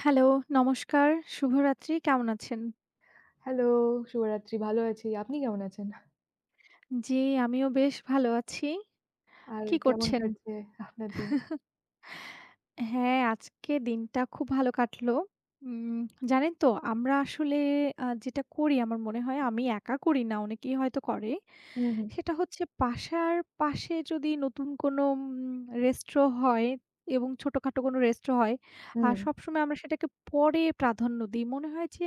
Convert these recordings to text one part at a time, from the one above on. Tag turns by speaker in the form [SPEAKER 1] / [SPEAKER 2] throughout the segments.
[SPEAKER 1] Hello, নমস্কার, শুভরাত্রি। কেমন আছেন?
[SPEAKER 2] হ্যালো, শুভরাত্রি। ভালো আছি। আপনি কেমন আছেন?
[SPEAKER 1] জি, আমিও বেশ ভালো আছি।
[SPEAKER 2] আর
[SPEAKER 1] কি
[SPEAKER 2] কেমন
[SPEAKER 1] করছেন?
[SPEAKER 2] কাটছে আপনার দিন?
[SPEAKER 1] হ্যাঁ, আজকে দিনটা খুব ভালো কাটলো। উম জানেন তো আমরা আসলে যেটা করি আমার মনে হয় আমি একা করি না, অনেকেই হয়তো করে।
[SPEAKER 2] হুম, হুম,
[SPEAKER 1] সেটা হচ্ছে বাসার পাশে যদি নতুন কোনো রেস্ট্রো হয় এবং ছোটখাটো কোনো রেস্ট্রো হয়,
[SPEAKER 2] হুম,
[SPEAKER 1] সবসময় আমরা সেটাকে পরে প্রাধান্য দিই। মনে হয় যে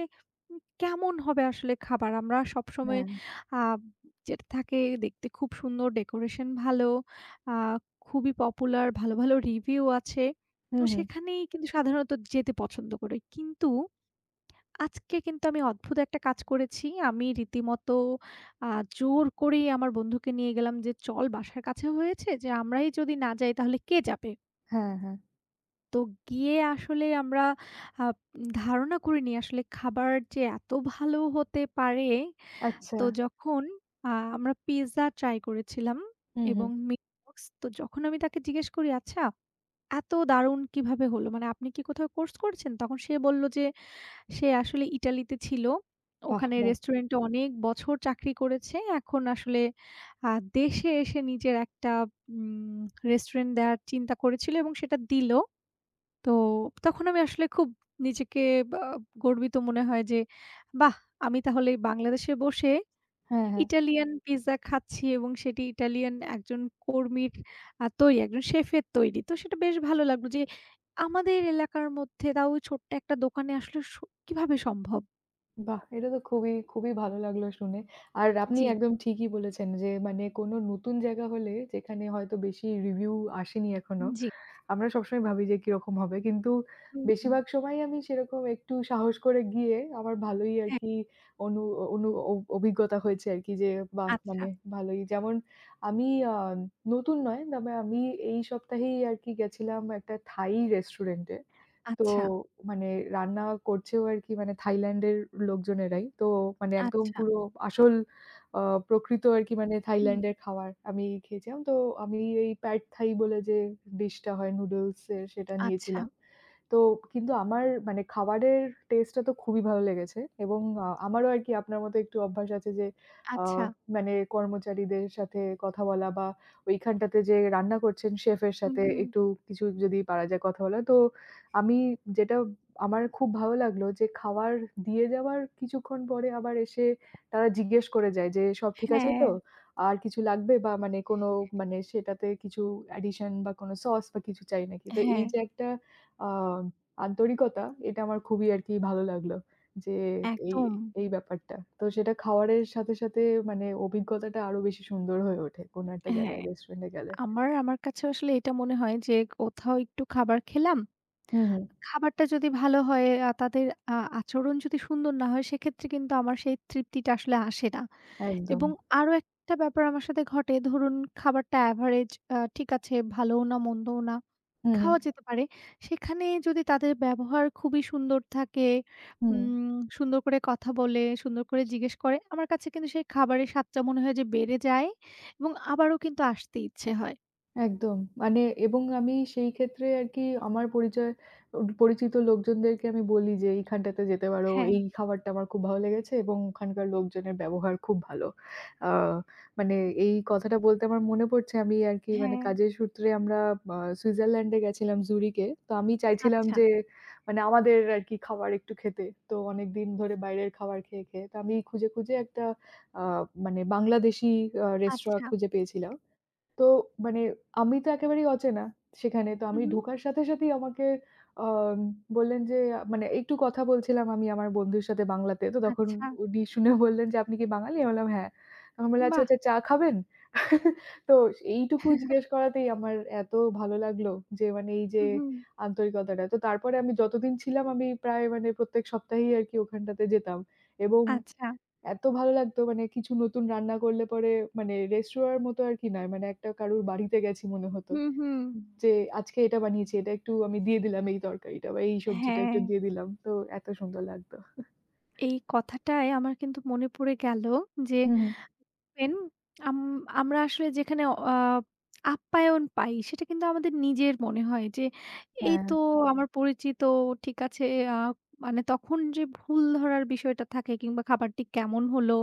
[SPEAKER 1] কেমন হবে আসলে খাবার? আমরা সবসময়
[SPEAKER 2] হ্যাঁ,
[SPEAKER 1] আ যেটা থাকে দেখতে খুব সুন্দর, ডেকোরেশন ভালো, আ খুবই পপুলার, ভালো রিভিউ আছে। তো
[SPEAKER 2] হুম, হুম,
[SPEAKER 1] সেখানেই কিন্তু সাধারণত যেতে পছন্দ করি। কিন্তু আজকে কিন্তু আমি অদ্ভুত একটা কাজ করেছি। আমি রীতিমতো আ জোর করেই আমার বন্ধুকে নিয়ে গেলাম যে, "চল বাসার কাছে হয়েছে যে আমরাই যদি না যাই তাহলে কে যাবে?"
[SPEAKER 2] হ্যাঁ, হ্যাঁ।
[SPEAKER 1] তো গিয়ে আসলে আমরা আ ধারণা করিনি আসলে খাবার যে এত ভালো হতে পারে।
[SPEAKER 2] আচ্ছা,
[SPEAKER 1] তো যখন আমরা পিজ্জা ট্রাই করেছিলাম
[SPEAKER 2] হুম, হুম।
[SPEAKER 1] এবং মিটবক্স। তো যখন আমি তাকে জিজ্ঞেস করি, "আচ্ছা এত দারুণ কিভাবে হলো? মানে আপনি কি কোথাও কোর্স করছেন? তখন সে বলল যে সে আসলে ইটালিতে ছিল।
[SPEAKER 2] বাহ!
[SPEAKER 1] ওখানে
[SPEAKER 2] বাহ!
[SPEAKER 1] রেস্টুরেন্টে অনেক বছর চাকরি করেছে। এখন আসলে আ দেশে এসে নিজের একটা উম রেস্টুরেন্ট দেওয়ার চিন্তা করেছিল এবং সেটা দিল। তো তখন আমি আসলে খুব নিজেকে বা গর্বিত মনে হয় যে, বাহ! আমি তাহলে বাংলাদেশে বসে
[SPEAKER 2] হ্যাঁ, হ্যাঁ।
[SPEAKER 1] ইটালিয়ান পিজ্জা খাচ্ছি এবং সেটি ইটালিয়ান একজন কর্মীর তৈরি, একজন শেফের তৈরি। তো সেটা বেশ ভালো লাগলো যে আমাদের এলাকার মধ্যে তাও ছোট্ট একটা দোকানে আসলে কিভাবে সম্ভব?
[SPEAKER 2] বাহ! এটা তো খুবই, খুবই ভালো লাগলো শুনে। আর আপনি
[SPEAKER 1] জি,
[SPEAKER 2] একদম ঠিকই বলেছেন যে, মানে কোনো নতুন জায়গা হলে যেখানে হয়তো বেশি রিভিউ আসেনি এখনো
[SPEAKER 1] জি।
[SPEAKER 2] আমরা সবসময় ভাবি যে কিরকম হবে। কিন্তু
[SPEAKER 1] হুম, হুম।
[SPEAKER 2] বেশিরভাগ সময়ই আমি সেরকম একটু সাহস করে গিয়ে আমার ভালোই
[SPEAKER 1] হ্যাঁ,
[SPEAKER 2] আরকি অনু অনু অ অভিজ্ঞতা হয়েছে আরকি যে বাহ!
[SPEAKER 1] আচ্ছা,
[SPEAKER 2] মানে ভালোই। যেমন আমি আ নতুন নয়, তবে আমি এই সপ্তাহেই আরকি গেছিলাম একটা থাই রেস্টুরেন্টে। তো
[SPEAKER 1] আচ্ছা,
[SPEAKER 2] মানে রান্না করছেও আরকি মানে থাইল্যান্ডের লোকজনেরাই। তো মানে একদম
[SPEAKER 1] আচ্ছা,
[SPEAKER 2] পুরো আসল আ প্রকৃত আরকি মানে
[SPEAKER 1] হুম,
[SPEAKER 2] থাইল্যান্ডের খাবার আমি খেয়েছিলাম। তো আমি এই প্যাড থাই বলে যে ডিশটা হয় নুডলস এর সেটা
[SPEAKER 1] আচ্ছা,
[SPEAKER 2] নিয়েছিলাম। তো কিন্তু আমার মানে খাবারের টেস্টটা তো খুবই ভালো লেগেছে এবং আমারও আরকি আপনার মতো একটু অভ্যাস আছে যে আ
[SPEAKER 1] আচ্ছা।
[SPEAKER 2] মানে কর্মচারীদের সাথে কথা বলা বা ওইখানটাতে যে রান্না করছেন শেফের
[SPEAKER 1] হুম,
[SPEAKER 2] সাথে
[SPEAKER 1] হুম।
[SPEAKER 2] একটু কিছু যদি পারা যায় কথা বলা। তো আমি যেটা আমার খুব ভালো লাগলো যে খাবার দিয়ে যাওয়ার কিছুক্ষণ পরে আবার এসে তারা জিজ্ঞেস করে যায় যে, "সব ঠিক আছে
[SPEAKER 1] হ্যাঁ,
[SPEAKER 2] তো? আর কিছু লাগবে?" বা মানে কোনো মানে সেটাতে কিছু অ্যাডিশন বা কোনো সস বা কিছু চাই নাকি? তো
[SPEAKER 1] হ্যাঁ,
[SPEAKER 2] এই যে একটা আ আন্তরিকতা এটা আমার খুবই আরকি ভালো লাগলো। যে এই,
[SPEAKER 1] একদম।
[SPEAKER 2] এই ব্যাপারটা। তো সেটা খাওয়ারের সাথে, সাথে মানে অভিজ্ঞতাটা আরো বেশি সুন্দর হয়ে ওঠে। কোনো একটা
[SPEAKER 1] হ্যাঁ।
[SPEAKER 2] জায়গায় রেস্টুরেন্টে গেলে।
[SPEAKER 1] আমার আমার কাছে আসলে এটা মনে হয় যে কোথাও একটু খাবার খেলাম।
[SPEAKER 2] হুম, হুম।
[SPEAKER 1] খাবারটা যদি ভালো হয়, তাদের আচরণ যদি সুন্দর না হয় সেক্ষেত্রে কিন্তু আমার সেই তৃপ্তিটা আসলে আসে না।
[SPEAKER 2] একদম।
[SPEAKER 1] এবং আরো একটা ব্যাপার আমার সাথে ঘটে ধরুন খাবারটা এভারেজ ঠিক আছে ভালোও না মন্দও না,
[SPEAKER 2] হুম, হুম।
[SPEAKER 1] খাওয়া যেতে পারে। সেখানে যদি তাদের ব্যবহার খুবই সুন্দর থাকে,
[SPEAKER 2] হুম।
[SPEAKER 1] সুন্দর করে কথা বলে, সুন্দর করে জিজ্ঞেস করে, আমার কাছে কিন্তু সেই খাবারের স্বাদটা মনে হয় যে বেড়ে যায় এবং আবারও কিন্তু আসতে ইচ্ছে হয়।
[SPEAKER 2] একদম। মানে এবং আমি সেই ক্ষেত্রে আরকি আমার পরিচয় উ পরিচিত লোকজনদেরকে আমি বলি যে, "এইখানটাতে যেতে পারো।
[SPEAKER 1] হ্যাঁ,
[SPEAKER 2] এই খাবারটা আমার খুব ভালো লেগেছে এবং ওখানকার লোকজনের ব্যবহার খুব ভালো।" আ মানে এই কথাটা বলতে আমার মনে পড়ছে আমি আরকি মানে
[SPEAKER 1] হ্যাঁ।
[SPEAKER 2] কাজের সূত্রে আমরা সুইজারল্যান্ডে গেছিলাম জুরিকে। তো আমি চাইছিলাম
[SPEAKER 1] আচ্ছা,
[SPEAKER 2] যে মানে আমাদের আরকি খাবার একটু খেতে। তো অনেকদিন ধরে বাইরের খাবার খেয়ে, খেয়ে। তো আমি খুঁজে, খুঁজে একটা আ মানে বাংলাদেশি রেস্তোরাঁ
[SPEAKER 1] আচ্ছা।
[SPEAKER 2] খুঁজে পেয়েছিলাম। তো মানে আমি তো একেবারেই অচেনা সেখানে। তো
[SPEAKER 1] হু,
[SPEAKER 2] আমি
[SPEAKER 1] হু।
[SPEAKER 2] ঢোকার সাথে, সাথেই আমাকে আম বললেন যে মানে একটু কথা বলছিলাম আমি আমার বন্ধুর সাথে বাংলাতে। তো তখন
[SPEAKER 1] আচ্ছা।
[SPEAKER 2] উনি শুনে বললেন যে, "আপনি কি বাঙালি?" আমি বললাম, "হ্যাঁ।" তখন বললেন, "আচ্ছা,
[SPEAKER 1] বাহ!
[SPEAKER 2] আচ্ছা চা খাবেন?" তো এইটুকু জিজ্ঞেস করাতেই আমার এত ভালো লাগলো যে মানে এই
[SPEAKER 1] হু,
[SPEAKER 2] যে
[SPEAKER 1] হু।
[SPEAKER 2] আন্তরিকতাটা। তো তারপরে আমি যতদিন ছিলাম আমি প্রায় মানে প্রত্যেক সপ্তাহেই আরকি ওখানটাতে যেতাম এবং
[SPEAKER 1] আচ্ছা।
[SPEAKER 2] এত ভালো লাগতো মানে কিছু নতুন রান্না করলে পরে মানে রেস্তোরাঁর মতো আর কি নয়। মানে একটা কারুর বাড়িতে গেছি মনে হতো।
[SPEAKER 1] হুম, হুম।
[SPEAKER 2] যে আজকে এটা বানিয়েছি, এটা একটু আমি দিয়ে দিলাম এই তরকারিটা বা এই সবজিটা
[SPEAKER 1] হ্যাঁ,
[SPEAKER 2] একটু দিয়ে দিলাম। তো এত সুন্দর লাগতো।
[SPEAKER 1] এই কথাটাই আমার কিন্তু মনে পড়ে গেল যে
[SPEAKER 2] হুম, হুম।
[SPEAKER 1] দেখবেন আম আমরা আসলে যেখানে আপ্যায়ন পাই সেটা কিন্তু আমাদের নিজের মনে হয় যে এই
[SPEAKER 2] হ্যাঁ,
[SPEAKER 1] তো আমার পরিচিত ঠিক আছে আ মানে তখন যে ভুল ধরার বিষয়টা থাকে কিংবা খাবারটি কেমন হলো,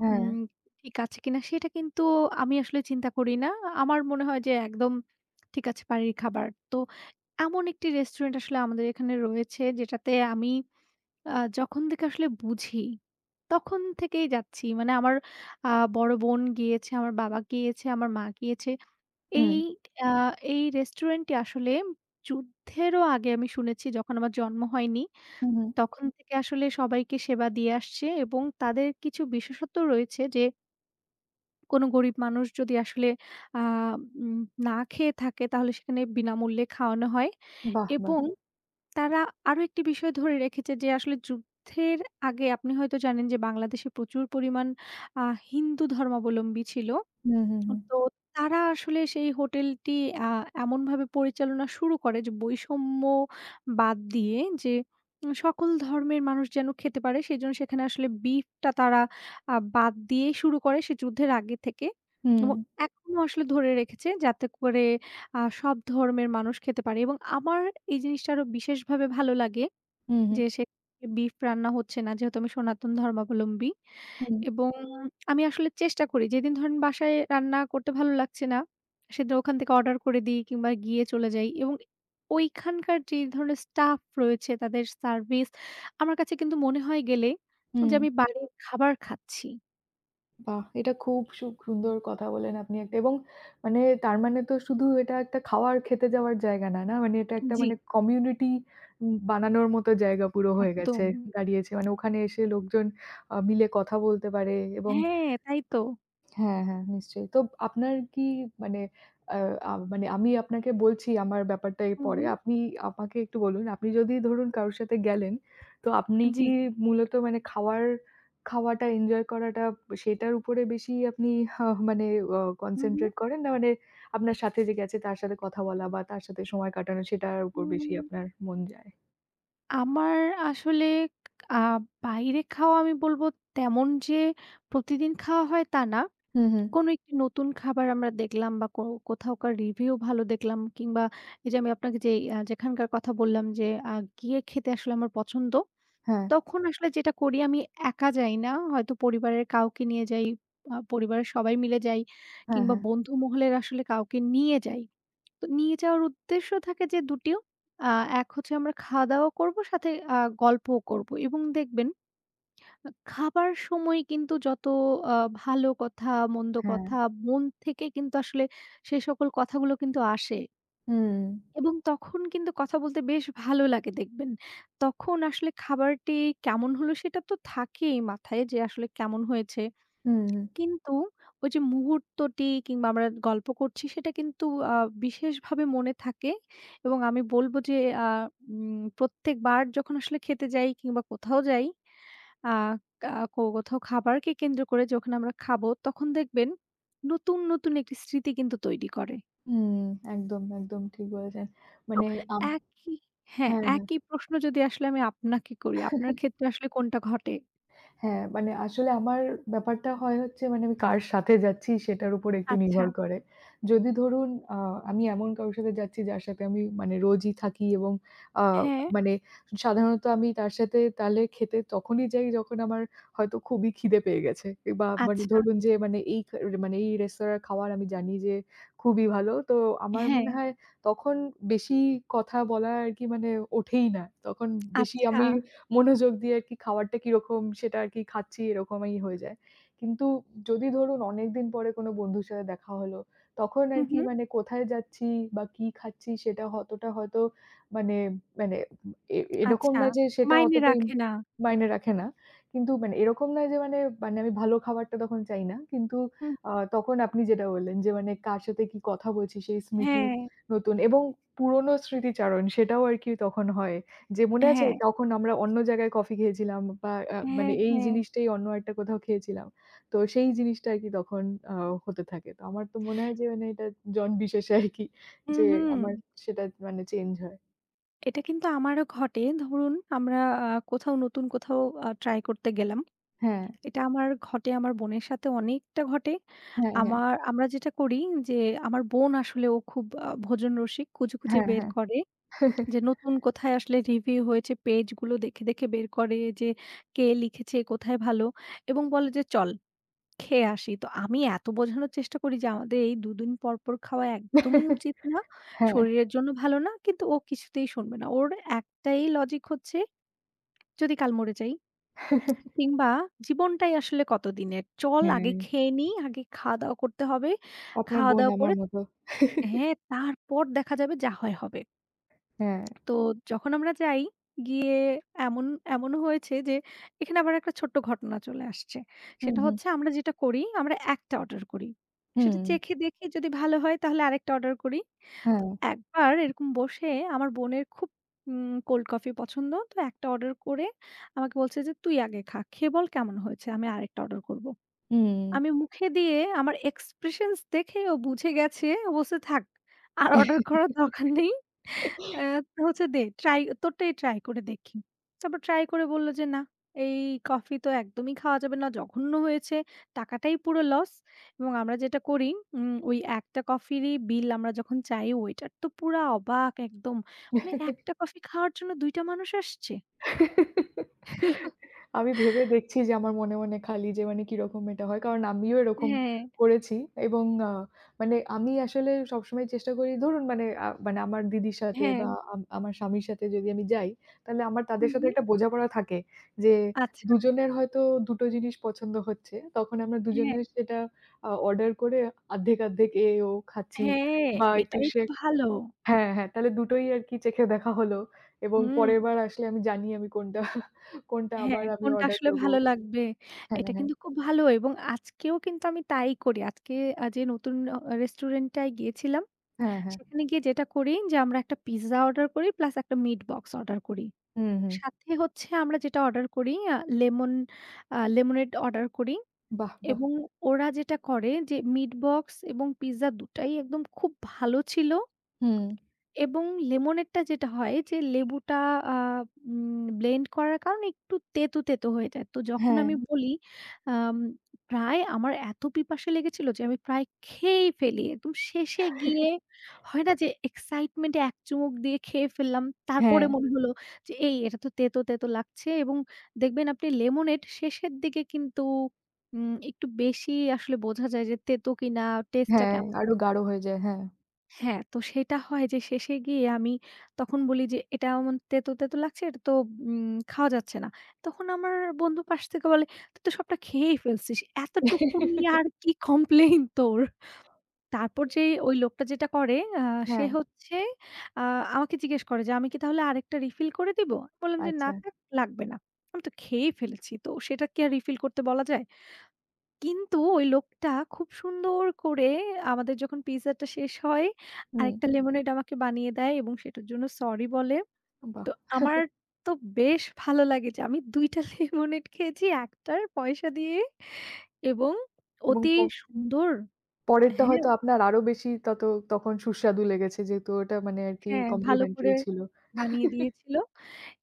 [SPEAKER 2] হ্যাঁ।
[SPEAKER 1] উম ঠিক আছে কিনা সেটা কিন্তু আমি আসলে চিন্তা করি না। আমার মনে হয় যে একদম ঠিক আছে বাড়ির খাবার। তো এমন একটি রেস্টুরেন্ট আসলে আমাদের এখানে রয়েছে যেটাতে আমি আ যখন থেকে আসলে বুঝি, তখন থেকেই যাচ্ছি। মানে আমার আ বড় বোন গিয়েছে, আমার বাবা গিয়েছে, আমার মা গিয়েছে।
[SPEAKER 2] হুম,
[SPEAKER 1] এই আ এই রেস্টুরেন্টটি আসলে যুদ্ধেরও আগে আমি শুনেছি যখন আমার জন্ম হয়নি,
[SPEAKER 2] হুম, হুম।
[SPEAKER 1] তখন থেকে আসলে সবাইকে সেবা দিয়ে আসছে এবং তাদের কিছু বিশেষত্ব রয়েছে যে কোনো গরিব মানুষ যদি আসলে আ উম না খেয়ে থাকে তাহলে সেখানে বিনামূল্যে খাওয়ানো হয়
[SPEAKER 2] বাহ! বাহ!
[SPEAKER 1] এবং তারা আরো একটি বিষয় ধরে রেখেছে যে আসলে যুদ্ধের আগে আপনি হয়তো জানেন যে বাংলাদেশে প্রচুর পরিমাণ আ হিন্দু ধর্মাবলম্বী ছিল।
[SPEAKER 2] হুম, হুম, হুম।
[SPEAKER 1] তো তারা আসলে সেই হোটেলটি আ এমনভাবে পরিচালনা শুরু করে যে বৈষম্য বাদ দিয়ে যে সকল ধর্মের মানুষ যেন খেতে পারে সেজন্য সেখানে আসলে বিফটা তারা বাদ দিয়ে শুরু করে সে যুদ্ধের আগে থেকে।
[SPEAKER 2] হুম,
[SPEAKER 1] এবং এখনো আসলে ধরে রেখেছে যাতে করে সব ধর্মের মানুষ খেতে পারে এবং আমার এই জিনিসটা আরো বিশেষভাবে ভালো লাগে
[SPEAKER 2] হুম, হুম।
[SPEAKER 1] যে সে বিফ রান্না হচ্ছে না যেহেতু আমি সনাতন ধর্মাবলম্বী।
[SPEAKER 2] হুম।
[SPEAKER 1] এবং আমি আসলে চেষ্টা করি যেদিন ধরেন বাসায় রান্না করতে ভালো লাগছে না, সেদিন ওখান থেকে অর্ডার করে দিই কিংবা গিয়ে চলে যাই এবং ওইখানকার যে ধরনের স্টাফ রয়েছে তাদের সার্ভিস আমার কাছে কিন্তু মনে হয় গেলে যে
[SPEAKER 2] হুম।
[SPEAKER 1] আমি বাড়ির খাবার খাচ্ছি।
[SPEAKER 2] বাহ! এটা খুব সুন্দর কথা বলেন আপনি একটা এবং মানে তার মানে তো শুধু এটা একটা খাওয়ার খেতে যাওয়ার জায়গা না, না? মানে এটা একটা
[SPEAKER 1] জি,
[SPEAKER 2] মানে কমিউনিটি বানানোর মতো জায়গা পুরো হয়ে জি। গেছে
[SPEAKER 1] একদম।
[SPEAKER 2] দাঁড়িয়েছে। মানে ওখানে এসে লোকজন মিলে কথা বলতে পারে এবং
[SPEAKER 1] হ্যাঁ, তাই তো।
[SPEAKER 2] হ্যাঁ, হ্যাঁ, নিশ্চয়ই। তো আপনার কি মানে আ আ মানে আমি আপনাকে বলছি আমার ব্যাপারটা এর
[SPEAKER 1] হু,
[SPEAKER 2] পরে।
[SPEAKER 1] হু।
[SPEAKER 2] আপনি আমাকে একটু বলুন, আপনি যদি ধরুন কারো সাথে গেলেন, তো আপনি
[SPEAKER 1] জি।
[SPEAKER 2] কি মূলত মানে খাওয়াটা এনজয় করাটা সেটার উপরে বেশি আপনি হা মানে অ
[SPEAKER 1] হু, হু।
[SPEAKER 2] কনসেনট্রেট করেন? না মানে আপনার সাথে যে গেছে তার সাথে কথা বলা বা তার সাথে সময় কাটানো সেটার উপর
[SPEAKER 1] হুম।
[SPEAKER 2] বেশি আপনার মন যায়?
[SPEAKER 1] আমার আসলে আ বাইরে খাওয়া আমি বলব তেমন যে প্রতিদিন খাওয়া হয় তা না।
[SPEAKER 2] হুম, হুম।
[SPEAKER 1] কোনো একটি নতুন খাবার আমরা দেখলাম বা কোথাওকার রিভিউ ভালো দেখলাম কিংবা এই যে আমি আপনাকে যেই যেখানকার কথা বললাম যে আ গিয়ে খেতে আসলে আমার পছন্দ।
[SPEAKER 2] হ্যাঁ,
[SPEAKER 1] তখন আসলে যেটা করি আমি একা যাই না। হয়তো পরিবারের কাউকে নিয়ে যাই, পরিবারের সবাই মিলে যাই
[SPEAKER 2] হ্যাঁ,
[SPEAKER 1] কিংবা
[SPEAKER 2] হ্যাঁ,
[SPEAKER 1] বন্ধু মহলের আসলে কাউকে নিয়ে যাই। তো নিয়ে যাওয়ার উদ্দেশ্য থাকে যে দুটিও। আ এক হচ্ছে আমরা খাওয়া-দাওয়া করব সাথে আ গল্পও করব এবং দেখবেন খাবার সময় কিন্তু যত আ ভালো কথা, মন্দ
[SPEAKER 2] হ্যাঁ।
[SPEAKER 1] কথা মন থেকে কিন্তু আসলে সে সকল কথাগুলো কিন্তু আসে
[SPEAKER 2] হুম,
[SPEAKER 1] এবং তখন কিন্তু কথা বলতে বেশ ভালো লাগে দেখবেন। তখন আসলে খাবারটি কেমন হলো সেটা তো থাকেই মাথায় যে আসলে কেমন হয়েছে।
[SPEAKER 2] হুম, হুম।
[SPEAKER 1] কিন্তু ওই যে মুহূর্তটি কিংবা আমরা গল্প করছি সেটা কিন্তু আ বিশেষভাবে মনে থাকে এবং আমি বলব যে আ প্রত্যেকবার যখন আসলে খেতে যাই কিংবা কোথাও যাই আ কা কো কোথাও খাবারকে কেন্দ্র করে যখন আমরা খাবো তখন দেখবেন নতুন, নতুন একটি স্মৃতি কিন্তু তৈরি করে।
[SPEAKER 2] হুম, একদম, একদম ঠিক বলেছেন।
[SPEAKER 1] তো
[SPEAKER 2] মানে আম
[SPEAKER 1] একই হ্যাঁ,
[SPEAKER 2] হ্যাঁ, হ্যাঁ।
[SPEAKER 1] একই প্রশ্ন যদি আসলে আমি আপনাকে করি, আপনার ক্ষেত্রে আসলে কোনটা ঘটে?
[SPEAKER 2] হ্যাঁ, মানে আসলে আমার ব্যাপারটা হয় হচ্ছে মানে আমি কার সাথে যাচ্ছি সেটার উপর একটু
[SPEAKER 1] আচ্ছা।
[SPEAKER 2] নির্ভর করে। যদি ধরুন আ আমি এমন কারো সাথে যাচ্ছি যার সাথে আমি মানে রোজই থাকি এবং আ
[SPEAKER 1] হ্যাঁ,
[SPEAKER 2] মানে সাধারণত আমি তার সাথে তাহলে খেতে তখনই যাই যখন আমার হয়তো খুবই খিদে পেয়ে গেছে। বা মানে
[SPEAKER 1] আচ্ছা।
[SPEAKER 2] ধরুন যে মানে এই খা মানে এই রেস্তোরাঁর খাবার আমি জানি যে খুবই ভালো। তো আমার
[SPEAKER 1] হ্যাঁ,
[SPEAKER 2] মনে হয় তখন বেশি কথা বলা আর কি মানে ওঠেই না। তখন বেশি
[SPEAKER 1] আচ্ছা।
[SPEAKER 2] আমি মনোযোগ দিয়ে আরকি খাবারটা কিরকম সেটা আরকি খাচ্ছি এরকমই হয়ে যায়। কিন্তু যদি ধরুন অনেকদিন পরে কোনো বন্ধুর সাথে দেখা হলো, তখন
[SPEAKER 1] হু,
[SPEAKER 2] আরকি
[SPEAKER 1] হু।
[SPEAKER 2] মানে কোথায় যাচ্ছি বা কি খাচ্ছি সেটা অতটা হয়তো মানে মানে এরকম
[SPEAKER 1] আচ্ছা,
[SPEAKER 2] না যে সেটা
[SPEAKER 1] মাইনে
[SPEAKER 2] অতটাই
[SPEAKER 1] রাখে না।
[SPEAKER 2] মাইনে রাখে না। কিন্তু মানে এরকম নয় যে মানে মানে আমি ভালো খাবারটা তখন চাই না। কিন্তু
[SPEAKER 1] হুম,
[SPEAKER 2] তখন আপনি যেটা বললেন যে মানে কার সাথে কি কথা বলছি সেই স্মৃতি
[SPEAKER 1] হ্যাঁ,
[SPEAKER 2] নতুন এবং পুরনো স্মৃতিচারণ সেটাও আরকি তখন হয়। যে মনে আছে
[SPEAKER 1] হ্যাঁ,
[SPEAKER 2] তখন আমরা অন্য জায়গায় কফি খেয়েছিলাম বা মানে এই
[SPEAKER 1] হ্যাঁ।
[SPEAKER 2] জিনিসটাই অন্য একটা কোথাও খেয়েছিলাম। তো সেই জিনিসটা আরকি তখন আ হতে থাকে। তো আমার তো মনে হয় যে মানে এটা জন বিশেষে আরকি
[SPEAKER 1] হুম,
[SPEAKER 2] যে
[SPEAKER 1] হুম।
[SPEAKER 2] আমার সেটা মানে চেঞ্জ হয়।
[SPEAKER 1] এটা কিন্তু আমারও ঘটে। ধরুন আমরা আ কোথাও নতুন কোথাও ট্রাই করতে গেলাম।
[SPEAKER 2] হ্যাঁ,
[SPEAKER 1] এটা আমার ঘটে আমার বোনের সাথে অনেকটা ঘটে।
[SPEAKER 2] হ্যাঁ, হ্যাঁ,
[SPEAKER 1] আমার আমরা যেটা করি যে আমার বোন আসলে ও খুব ভোজন রসিক খুঁজে, খুঁজে
[SPEAKER 2] হ্যাঁ,
[SPEAKER 1] বের
[SPEAKER 2] হ্যাঁ।
[SPEAKER 1] করে যে নতুন কোথায় আসলে রিভিউ হয়েছে পেজগুলো দেখে, দেখে বের করে যে কে লিখেছে কোথায় ভালো এবং বলে যে চল খেয়ে আসি। তো আমি এত বোঝানোর চেষ্টা করি যে আমাদের এই ২ দিন পর, পর খাওয়া একদমই উচিত না।
[SPEAKER 2] হ্যাঁ,
[SPEAKER 1] শরীরের জন্য ভালো না। কিন্তু ও কিছুতেই শুনবে না। ওর একটাই লজিক হচ্ছে যদি কাল মরে যাই কিংবা জীবনটাই আসলে কতদিনের? চল আগে
[SPEAKER 2] হ্যাঁ।
[SPEAKER 1] খেয়ে নিই, আগে খাওয়া-দাওয়া করতে হবে।
[SPEAKER 2] আপনার বোন
[SPEAKER 1] খাওয়া-দাওয়া করে
[SPEAKER 2] আমার মতো।
[SPEAKER 1] হ্যাঁ, তারপর দেখা যাবে যা হয় হবে।
[SPEAKER 2] হ্যাঁ।
[SPEAKER 1] তো যখন আমরা যাই, গিয়ে এমন এমনও হয়েছে যে এখানে আবার একটা ছোট্ট ঘটনা চলে আসছে।
[SPEAKER 2] হুম,
[SPEAKER 1] সেটা
[SPEAKER 2] হুম,
[SPEAKER 1] হচ্ছে আমরা যেটা করি, আমরা একটা অর্ডার করি। সেটা
[SPEAKER 2] হুম।
[SPEAKER 1] চেখে দেখি যদি ভালো হয় তাহলে আরেকটা অর্ডার করি।
[SPEAKER 2] হ্যাঁ,
[SPEAKER 1] তো একবার এরকম বসে আমার বোনের খুব কোল্ড কফি পছন্দ। তো একটা অর্ডার করে আমাকে বলছে যে, "তুই আগে খা। খেয়ে বল কেমন হয়েছে। আমি আরেকটা অর্ডার করব।" আমি
[SPEAKER 2] হুম।
[SPEAKER 1] মুখে দিয়ে আমার এক্সপ্রেশনস দেখে ও বুঝে গেছে, ও বলছে, "থাক, আর অর্ডার করার দরকার নেই। আ হচ্ছে দে, তোরটাই ট্রাই করে দেখি।" তারপর ট্রাই করে বলল যে, "না, এই কফি তো একদমই খাওয়া যাবে না। জঘন্য হয়েছে। টাকাটাই পুরো লস।" এবং আমরা যেটা করি, ওই একটা কফিরই বিল আমরা যখন চাই, ওয়েটার তো পুরা অবাক একদম। মানে একটা কফি খাওয়ার জন্য ২ টা মানুষ আসছে?
[SPEAKER 2] আমি ভেবে দেখছি যে আমার মনে, মনে খালি যে মানে কিরকম এটা হয়। কারণ আমিও এরকম
[SPEAKER 1] হ্যাঁ,
[SPEAKER 2] করেছি এবং মানে আমি আসলে সবসময় চেষ্টা করি ধরুন মানে মানে আমার দিদির সাথে
[SPEAKER 1] হ্যাঁ।
[SPEAKER 2] বা আমার স্বামীর সাথে যদি আমি যাই, তাহলে আমার
[SPEAKER 1] হু,
[SPEAKER 2] তাদের
[SPEAKER 1] হু।
[SPEAKER 2] সাথে একটা বোঝাপড়া থাকে যে
[SPEAKER 1] আচ্ছা।
[SPEAKER 2] দুজনের হয়তো ২ টো জিনিস পছন্দ হচ্ছে। তখন আমরা
[SPEAKER 1] হ্যাঁ।
[SPEAKER 2] দুজনে সেটা অর্ডার করে আর্ধেক, আর্ধেক এ ও খাচ্ছি
[SPEAKER 1] হ্যাঁ,
[SPEAKER 2] বা একটু
[SPEAKER 1] এটাই তো ভালো।
[SPEAKER 2] হ্যাঁ, হ্যাঁ। তাহলে দুটোই আরকি চেখে দেখা হলো এবং
[SPEAKER 1] হুম।
[SPEAKER 2] পরেরবার আসলে আমি জানি আমি কোনটা, কোনটা
[SPEAKER 1] হ্যাঁ,
[SPEAKER 2] আবার আমি
[SPEAKER 1] কোনটা
[SPEAKER 2] অর্ডার
[SPEAKER 1] আসলে
[SPEAKER 2] করব।
[SPEAKER 1] ভালো লাগবে।
[SPEAKER 2] হ্যাঁ,
[SPEAKER 1] এটা
[SPEAKER 2] হ্যাঁ।
[SPEAKER 1] কিন্তু খুব ভালো এবং আজকেও কিন্তু আমি তাই করি। আজকে যে নতুন রেস্টুরেন্টটায় গিয়েছিলাম,
[SPEAKER 2] হ্যাঁ, হ্যাঁ।
[SPEAKER 1] সেখানে গিয়ে যেটা করি যে আমরা একটা পিজ্জা অর্ডার করি প্লাস একটা মিট বক্স অর্ডার করি।
[SPEAKER 2] হুম, হুম।
[SPEAKER 1] সাথে হচ্ছে আমরা যেটা অর্ডার করি আ লেমন আ লেমনেড অর্ডার করি
[SPEAKER 2] বাহ! বাহ!
[SPEAKER 1] এবং ওরা যেটা করে যে মিট বক্স এবং পিজ্জা দুটাই একদম খুব ভালো ছিল
[SPEAKER 2] হুম।
[SPEAKER 1] এবং লেমনেডটা যেটা হয় যে লেবুটা আ ব্লেন্ড করার কারণে একটু তেতো, তেতো হয়ে যায়। তো যখন
[SPEAKER 2] হ্যাঁ।
[SPEAKER 1] আমি হুম। বলি আম প্রায় আমার এত পিপাসা লেগেছিল যে আমি প্রায় খেয়েই ফেলি। একদম শেষে গিয়ে হয় না যে এক্সাইটমেন্টে এক চুমুক দিয়ে খেয়ে ফেললাম। তারপরে
[SPEAKER 2] হ্যাঁ,
[SPEAKER 1] মনে হলো যে এটা তো তেতো, তেতো লাগছে এবং দেখবেন আপনি লেমনেড শেষের দিকে কিন্তু একটু বেশি আসলে বোঝা যায় যে তেতো কিনা, টেস্টটা
[SPEAKER 2] হ্যাঁ।
[SPEAKER 1] কেমন।
[SPEAKER 2] আরো গাঢ় হয়ে যায়। হ্যাঁ।
[SPEAKER 1] হ্যাঁ, তো সেটা হয় যে শেষে গিয়ে আমি তখন বলি যে, "এটা এমন তেতো, তেতো লাগছে। এটা তো খাওয়া যাচ্ছে না।" তখন আমার বন্ধু পাশ থেকে বলে, "তুই তো সবটা খেয়েই ফেলছিস। এতটুকু নিয়ে আর কি কমপ্লেইন তোর?" তারপর যেই ওই লোকটা যেটা করে সে
[SPEAKER 2] হ্যাঁ,
[SPEAKER 1] হচ্ছে আ আমাকে জিজ্ঞেস করে যে, "আমি কি তাহলে আরেকটা রিফিল করে দিবো?" বললাম যে, "না
[SPEAKER 2] আচ্ছা।
[SPEAKER 1] থাক, লাগবে না। আমি তো খেয়েই ফেলেছি। তো সেটা কি আর রিফিল করতে বলা যায়?" কিন্তু ওই লোকটা খুব সুন্দর করে আমাদের যখন পিজ্জাটা শেষ হয়,
[SPEAKER 2] হুম,
[SPEAKER 1] আরেকটা লেমোনেড আমাকে বানিয়ে দেয় এবং সেটার জন্য সরি বলে। তো
[SPEAKER 2] বাহ!
[SPEAKER 1] আমার তো বেশ ভালো লাগে যে আমি ২ টা লেমোনেড খেয়েছি, ১ টার পয়সা দিয়ে এবং
[SPEAKER 2] এবং
[SPEAKER 1] অতি সুন্দর
[SPEAKER 2] পরেরটা
[SPEAKER 1] হ্যাঁ,
[SPEAKER 2] হয়তো আপনার আরো বেশি তত তখন সুস্বাদু লেগেছে যেহেতু ওটা মানে আরকি
[SPEAKER 1] হ্যাঁ, ভালো করে
[SPEAKER 2] কমপ্লিমেন্টারি ছিল।
[SPEAKER 1] বানিয়ে দিয়েছিল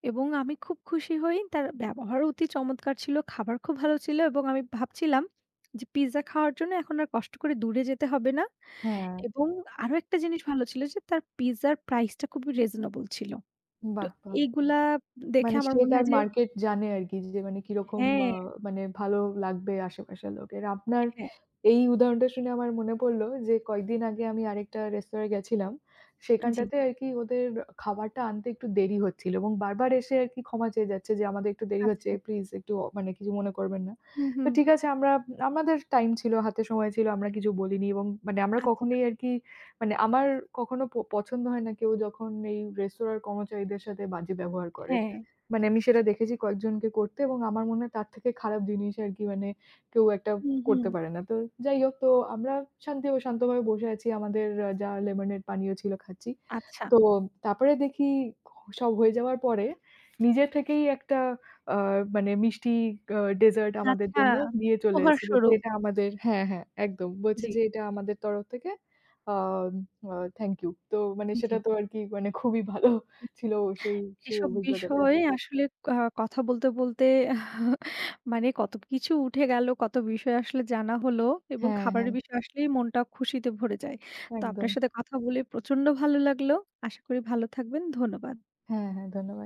[SPEAKER 1] এবং আমি খুব খুশি হই। তার ব্যবহার অতি চমৎকার ছিল, খাবার খুব ভালো ছিল এবং আমি ভাবছিলাম যে পিজ্জা খাওয়ার জন্য এখন আর কষ্ট করে দূরে যেতে হবে না।
[SPEAKER 2] হ্যাঁ,
[SPEAKER 1] এবং আরো একটা জিনিস ভালো ছিল যে তার পিজ্জার প্রাইসটা খুবই রিজনেবল ছিল। তো
[SPEAKER 2] বাহ! বাহ!
[SPEAKER 1] এইগুলা দেখে
[SPEAKER 2] মানে
[SPEAKER 1] আমার
[SPEAKER 2] সে
[SPEAKER 1] মনে
[SPEAKER 2] তার
[SPEAKER 1] হয় যে
[SPEAKER 2] মার্কেট জানে আরকি যে মানে কিরকম
[SPEAKER 1] হ্যাঁ,
[SPEAKER 2] মানে ভালো লাগবে আশেপাশের লোকের। আপনার
[SPEAKER 1] হ্যাঁ,
[SPEAKER 2] এই উদাহরণটা শুনে আমার মনে পড়ল যে কয়েকদিন আগে আমি আরেকটা রেস্তোরাঁয় গেছিলাম।
[SPEAKER 1] জি।
[SPEAKER 2] সেখানটাতে আরকি ওদের খাবারটা আনতে একটু দেরি হচ্ছিল এবং বারবার এসে আরকি ক্ষমা চেয়ে যাচ্ছে যে, "আমাদের একটু দেরি হচ্ছে।
[SPEAKER 1] আচ্ছা।
[SPEAKER 2] প্লিজ একটু মানে কিছু মনে করবেন না।"
[SPEAKER 1] হুম,
[SPEAKER 2] তো
[SPEAKER 1] হুম।
[SPEAKER 2] ঠিক আছে আমরা আমাদের টাইম ছিল, হাতে সময় ছিল। আমরা কিছু বলিনি এবং মানে আমরা
[SPEAKER 1] আচ্ছা,
[SPEAKER 2] কখনোই আরকি মানে আমার কখনো পছন্দ হয় না কেউ যখন এই রেস্তোরাঁর কর্মচারীদের সাথে বাজে ব্যবহার করে।
[SPEAKER 1] হ্যাঁ।
[SPEAKER 2] মানে আমি সেটা দেখেছি কয়েকজনকে করতে এবং আমার মনে হয় তার থেকে খারাপ জিনিস আরকি মানে কেউ একটা
[SPEAKER 1] হুম, হুম।
[SPEAKER 2] করতে পারে না। তো যাই হোক তো আমরা শান্তি ও শান্তভাবে বসে আছি। আমাদের যা লেমনের পানীয় ছিল খাচ্ছি।
[SPEAKER 1] আচ্ছা,
[SPEAKER 2] তো তারপরে দেখি সব হয়ে যাওয়ার পরে নিজে থেকেই একটা আ মানে মিষ্টি ডেজার্ট আমাদের
[SPEAKER 1] আচ্ছা।
[SPEAKER 2] জন্য নিয়ে চলে এসেছিল। তো
[SPEAKER 1] উপহারস্বরূপ।
[SPEAKER 2] এটা আমাদের হ্যাঁ, হ্যাঁ একদম। বলছে
[SPEAKER 1] জি,
[SPEAKER 2] যে এটা আমাদের তরফ থেকে আ আ থ্যাংক ইউ। তো মানে
[SPEAKER 1] জি।
[SPEAKER 2] সেটা তো আরকি মানে খুবই ভালো ছিল সেই, সেই
[SPEAKER 1] এসব
[SPEAKER 2] অভিজ্ঞতাটা।
[SPEAKER 1] বিষয়ে আসলে আ কথা বলতে, বলতে মানে কত কিছু উঠে গেল, কত বিষয় আসলে জানা হলো এবং
[SPEAKER 2] হ্যাঁ,
[SPEAKER 1] খাবারের
[SPEAKER 2] হ্যাঁ,
[SPEAKER 1] বিষয় আসলেই মনটা খুশিতে ভরে যায়। তো আপনার
[SPEAKER 2] একদম।
[SPEAKER 1] সাথে কথা বলে প্রচন্ড ভালো লাগলো। আশা করি ভালো থাকবেন। ধন্যবাদ।
[SPEAKER 2] হ্যাঁ, হ্যাঁ, ধন্যবাদ।